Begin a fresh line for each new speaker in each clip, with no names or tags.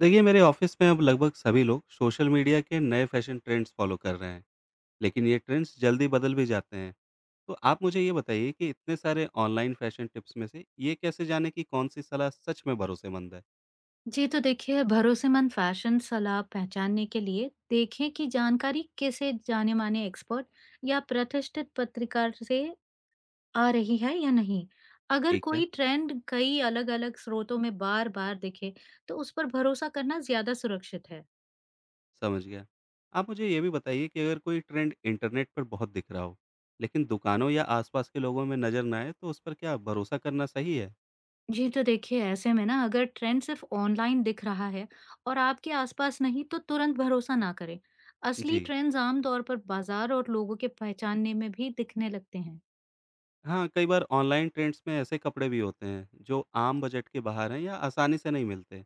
देखिए मेरे ऑफिस में अब लगभग सभी लोग सोशल मीडिया के नए फैशन ट्रेंड्स फॉलो कर रहे हैं। लेकिन ये ट्रेंड्स जल्दी बदल भी जाते हैं। तो आप मुझे ये बताइए कि इतने सारे ऑनलाइन फैशन टिप्स में से ये कैसे जाने कि कौन सी सलाह सच में भरोसेमंद है।
जी तो देखिए, भरोसेमंद फैशन सलाह पहचानने के लिए देखें कि जानकारी किसे जाने माने एक्सपर्ट या प्रतिष्ठित पत्रकार से आ रही है या नहीं। अगर
ठीक है,
कोई ट्रेंड कई अलग अलग स्रोतों में बार बार दिखे, तो उस पर भरोसा करना ज्यादा सुरक्षित है।
समझ गया। आप मुझे ये भी बताइए कि अगर कोई ट्रेंड इंटरनेट पर बहुत दिख रहा हो, लेकिन दुकानों या आसपास के लोगों में नज़र ना आए, तो उस पर क्या भरोसा करना सही है।
जी तो देखिए, ऐसे में ना अगर ट्रेंड सिर्फ ऑनलाइन दिख रहा है और आपके आसपास नहीं, तो तुरंत भरोसा ना करें। असली
जी,
ट्रेंड्स आमतौर पर बाजार और लोगों के पहचानने में भी दिखने लगते हैं।
हाँ, कई बार ऑनलाइन ट्रेंड्स में ऐसे कपड़े भी होते हैं जो आम बजट के बाहर हैं या आसानी से नहीं मिलते।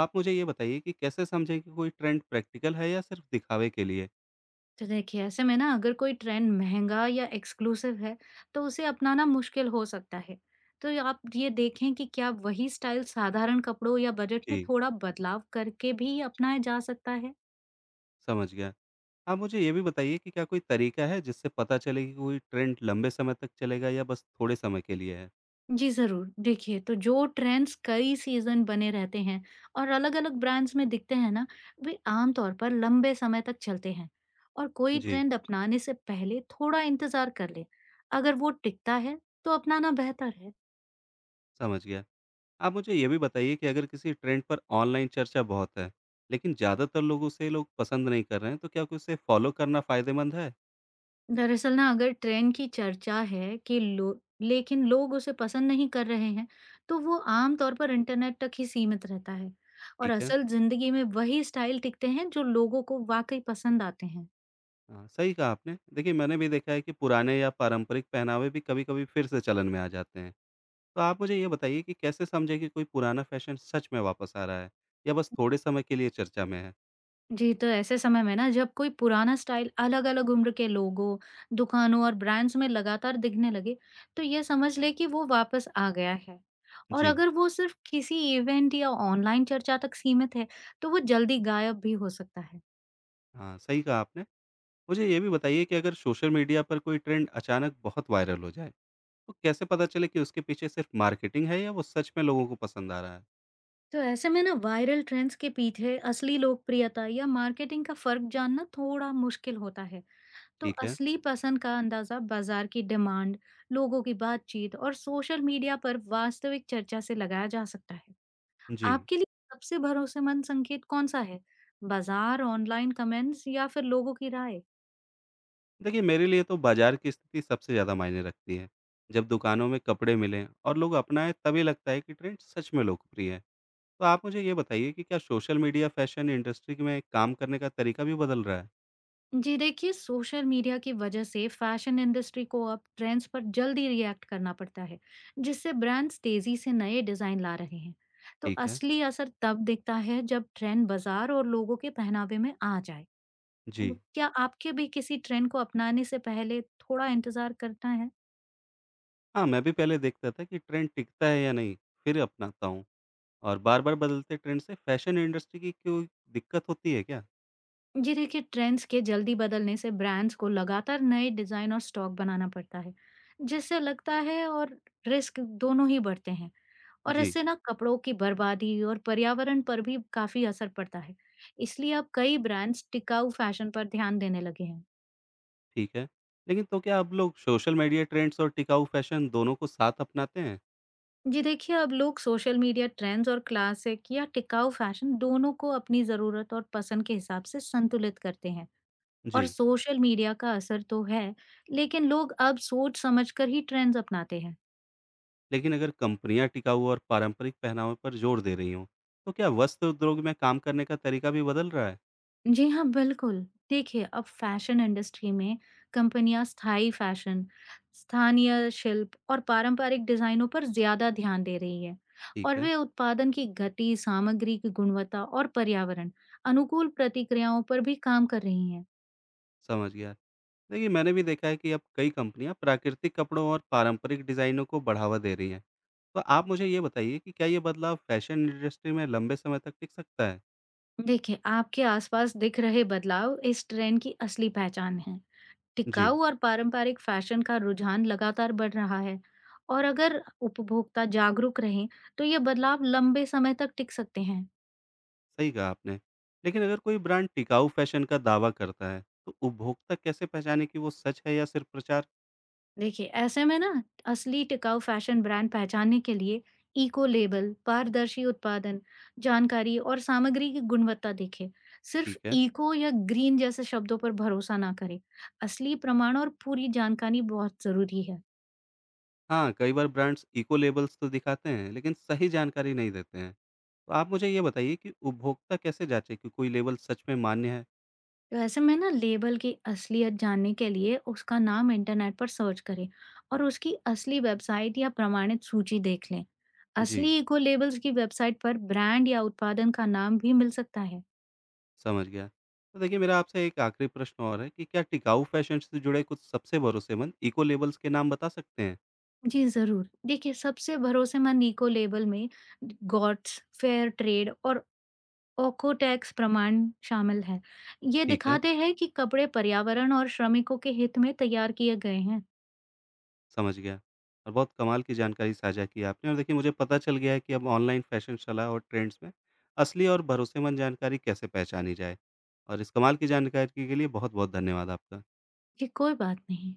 आप मुझे ये बताइए कि कैसे समझें कि कोई ट्रेंड प्रैक्टिकल है या सिर्फ दिखावे के लिए?
तो देखिए, ऐसे में ना अगर कोई ट्रेंड महंगा या एक्सक्लूसिव है, तो उसे अपनाना मुश्किल हो सकता है। तो ये आप ये देखें कि क्या वही स्टाइल साधारण कपड़ों या बजट में
जी,
थोड़ा बदलाव करके भी अपनाया जा सकता है।
समझ गया। आप मुझे ये भी बताइए कि क्या कोई तरीका है जिससे पता चले कि कोई ट्रेंड लंबे समय तक चलेगा या बस थोड़े समय के लिए है?
जी जरूर, देखिए, तो जो ट्रेंड्स कई सीजन बने रहते हैं और अलग अलग ब्रांड्स में दिखते हैं ना, वे आमतौर पर लंबे समय तक चलते हैं। और कोई
जी,
ट्रेंड अपनाने से पहले थोड़ा इंतजार कर ले, अगर वो टिकता है तो अपनाना बेहतर है।
समझ गया। आप मुझे ये भी बताइए कि अगर किसी ट्रेंड पर ऑनलाइन चर्चा बहुत है, लेकिन ज़्यादातर लोग उसे लोग पसंद नहीं कर रहे हैं, तो क्या उसे फॉलो करना फ़ायदेमंद है?
दरअसल ना, अगर ट्रेंड की चर्चा है कि लो, लेकिन लोग उसे पसंद नहीं कर रहे हैं, तो वो आम तौर पर इंटरनेट तक ही सीमित रहता है, और
ठीक है।
असल जिंदगी में वही स्टाइल टिकते हैं जो लोगों को वाकई पसंद आते हैं।
हाँ, सही कहा आपने। देखिए, मैंने भी देखा है कि पुराने या पारंपरिक पहनावे भी कभी-कभी फिर से चलन में आ जाते हैं। तो आप मुझे ये बताइए कि कैसे समझें कि कोई पुराना फैशन सच में वापस आ रहा है या बस थोड़े समय के लिए चर्चा में है?
जी, तो ऐसे समय में ना, जब कोई पुराना स्टाइल अलग-अलग उम्र के लोगों, दुकानों और ब्रांड्स में लगातार दिखने लगे, तो ये समझ ले कि वो वापस आ गया है। और
जी,
अगर वो सिर्फ किसी इवेंट या ऑनलाइन चर्चा तक सीमित है, तो वो जल्दी गायब भी हो सकता है।
हाँ, सही कहा आपने। मुझे ये भी बताइए कि अगर सोशल मीडिया पर कोई ट्रेंड अचानक बहुत वायरल हो जाए, तो कैसे पता चले कि उसके पीछे सिर्फ मार्केटिंग है या वो सच में लोगों को पसंद आ रहा है?
तो ऐसे में ना, वायरल ट्रेंड्स के पीछे असली लोकप्रियता या मार्केटिंग का फर्क जानना थोड़ा मुश्किल होता है। तो
ठीक है।
असली पसंद का अंदाजा बाजार की डिमांड, लोगों की बातचीत और सोशल मीडिया पर वास्तविक चर्चा से लगाया जा सकता है।
जी,
आपके लिए सबसे भरोसेमंद संकेत कौन सा है? बाजार, ऑनलाइन कमेंट्स या फिर लोगों की राय?
देखिए मेरे लिए तो बाजार की स्थिति सबसे ज़्यादा मायने रखती है। जब दुकानों में कपड़े मिलें और लोग अपनाएँ तभी लगता है कि ट्रेंड सच में लोकप्रिय है। तो आप मुझे ये बताइए कि क्या सोशल मीडिया फैशन इंडस्ट्री में काम करने का तरीका भी बदल रहा है?
जी देखिए, सोशल मीडिया की वजह से फैशन इंडस्ट्री को अब ट्रेंड्स पर जल्दी रिएक्ट करना पड़ता है, जिससे ब्रांड्स तेजी से नए डिजाइन ला रहे हैं। तो
ठीक है।
असली असर तब दिखता है जब ट्रेंड बाजार और लोगों के पहनावे में आ जाए।
जी।
क्या आपके भी किसी ट्रेंड को अपनाने से पहले थोड़ा इंतजार करना है?
हाँ, मैं भी पहले देखता था कि ट्रेंड टिकता है या नहीं, फिर अपनाता हूँ। और बार-बार बदलते ट्रेंड से फैशन इंडस्ट्री की कोई दिक्कत होती है क्या?
जी देखिए, ट्रेंड्स के जल्दी बदलने से ब्रांड्स को लगातार नए डिजाइन और स्टॉक बनाना पड़ता है, जिससे लगता है और रिस्क दोनों ही बढ़ते हैं। और
जी,
इससे ना, कपड़ों की बर्बादी और पर्यावरण पर भी काफी असर पड़ता है। इसलिए अब कई ब्रांड्स टिकाऊ फैशन पर ध्यान देने लगे हैं।
ठीक है। लेकिन तो क्या अब लोग सोशल मीडिया ट्रेंड्स और टिकाऊ फैशन दोनों को साथ अपनाते हैं?
जी देखिए, अब लोग सोशल मीडिया ट्रेंड्स और क्लासिक या टिकाऊ फैशन दोनों को अपनी जरूरत और पसंद के हिसाब से संतुलित करते हैं। और
जी।
सोशल मीडिया का असर तो है, लेकिन लोग अब सोच समझकर ही ट्रेंड्स अपनाते हैं।
लेकिन अगर कंपनियाँ टिकाऊ और पारंपरिक पहनावे पर जोर दे रही हों, तो क्या वस्त्र उद्योग में काम करने का तरीका भी बदल रहा है?
जी हाँ, बिल्कुल। देखिए, अब फैशन इंडस्ट्री में कंपनियाँ स्थायी फैशन, स्थानीय शिल्प और पारंपरिक डिज़ाइनों पर ज़्यादा ध्यान दे रही है,
ठीक
और
है,
वे उत्पादन की गति, सामग्री की गुणवत्ता और पर्यावरण अनुकूल प्रतिक्रियाओं पर भी काम कर रही हैं।
समझ गया। देखिए, मैंने भी देखा है कि अब कई कंपनियां प्राकृतिक कपड़ों और पारंपरिक डिजाइनों को बढ़ावा दे रही हैं। तो आप मुझे ये बताइए कि क्या ये बदलाव फैशन इंडस्ट्री में लंबे समय तक टिक सकता है?
देखिए, आपके आसपास दिख रहे बदलाव इस ट्रेंड की असली पहचान है।
जी,
टिकाऊ और पारंपरिक फैशन का रुझान लगातार बढ़ रहा है, और अगर उपभोक्ता जागरूक रहें, तो ये बदलाव लंबे समय तक टिक सकते हैं।
सही कहा आपने। लेकिन अगर कोई ब्रांड टिकाऊ फैशन का दावा करता है, तो उपभोक्ता कैसे पहचाने कि वो सच है या सिर्फ प्रचार?
देखिए ऐसे में ना, असली टिकाऊ फैशन ब्रांड पहचानने के लिए इको लेबल, पारदर्शी उत्पादन जानकारी और सामग्री की गुणवत्ता देखें। सिर्फ
ठीक है।
इको या ग्रीन जैसे शब्दों पर भरोसा ना करें। असली प्रमाण और पूरी जानकारी बहुत जरूरी है।
हाँ, कई बार ब्रांड्स इको लेबल्स तो दिखाते हैं, लेकिन सही जानकारी नहीं देते हैं। तो आप मुझे ये बताइए कि उपभोक्ता कैसे जांचे कि कोई लेबल सच में मान्य है?
तो ऐसे में ना, लेबल की असलियत जानने के लिए उसका नाम इंटरनेट पर सर्च करें और उसकी असली वेबसाइट या प्रमाणित सूची देख लें।
जी,
असली इको लेबल्स की वेबसाइट पर ब्रांड या उत्पादन का नाम भी मिल सकता है।
समझ गया। तो देखिए मेरा आपसे एक आखिरी प्रश्न और है कि क्या टिकाऊ फैशन से जुड़े कुछ सबसे भरोसेमंद इको लेबल्स के नाम बता सकते हैं?
जी, ज़रूर। देखिए, सबसे भरोसेमंद इको लेबल में गॉट्स, फेयर ट्रेड और ओकोटैक्स प्रमाण शामिल हैं। ये
ठीक है,
दिखाते हैं कि कपड़े पर्यावरण और श्रमिकों के हित में तैयार किए गए हैं।
समझ गया। और बहुत कमाल की जानकारी साझा की आपने। और देखिए मुझे पता चल गया है कि अब ऑनलाइन फैशन सलाह और ट्रेंड्स में असली और भरोसेमंद जानकारी कैसे पहचानी जाए। और इस कमाल की जानकारी के लिए बहुत-बहुत धन्यवाद आपका।
जी, कोई बात नहीं।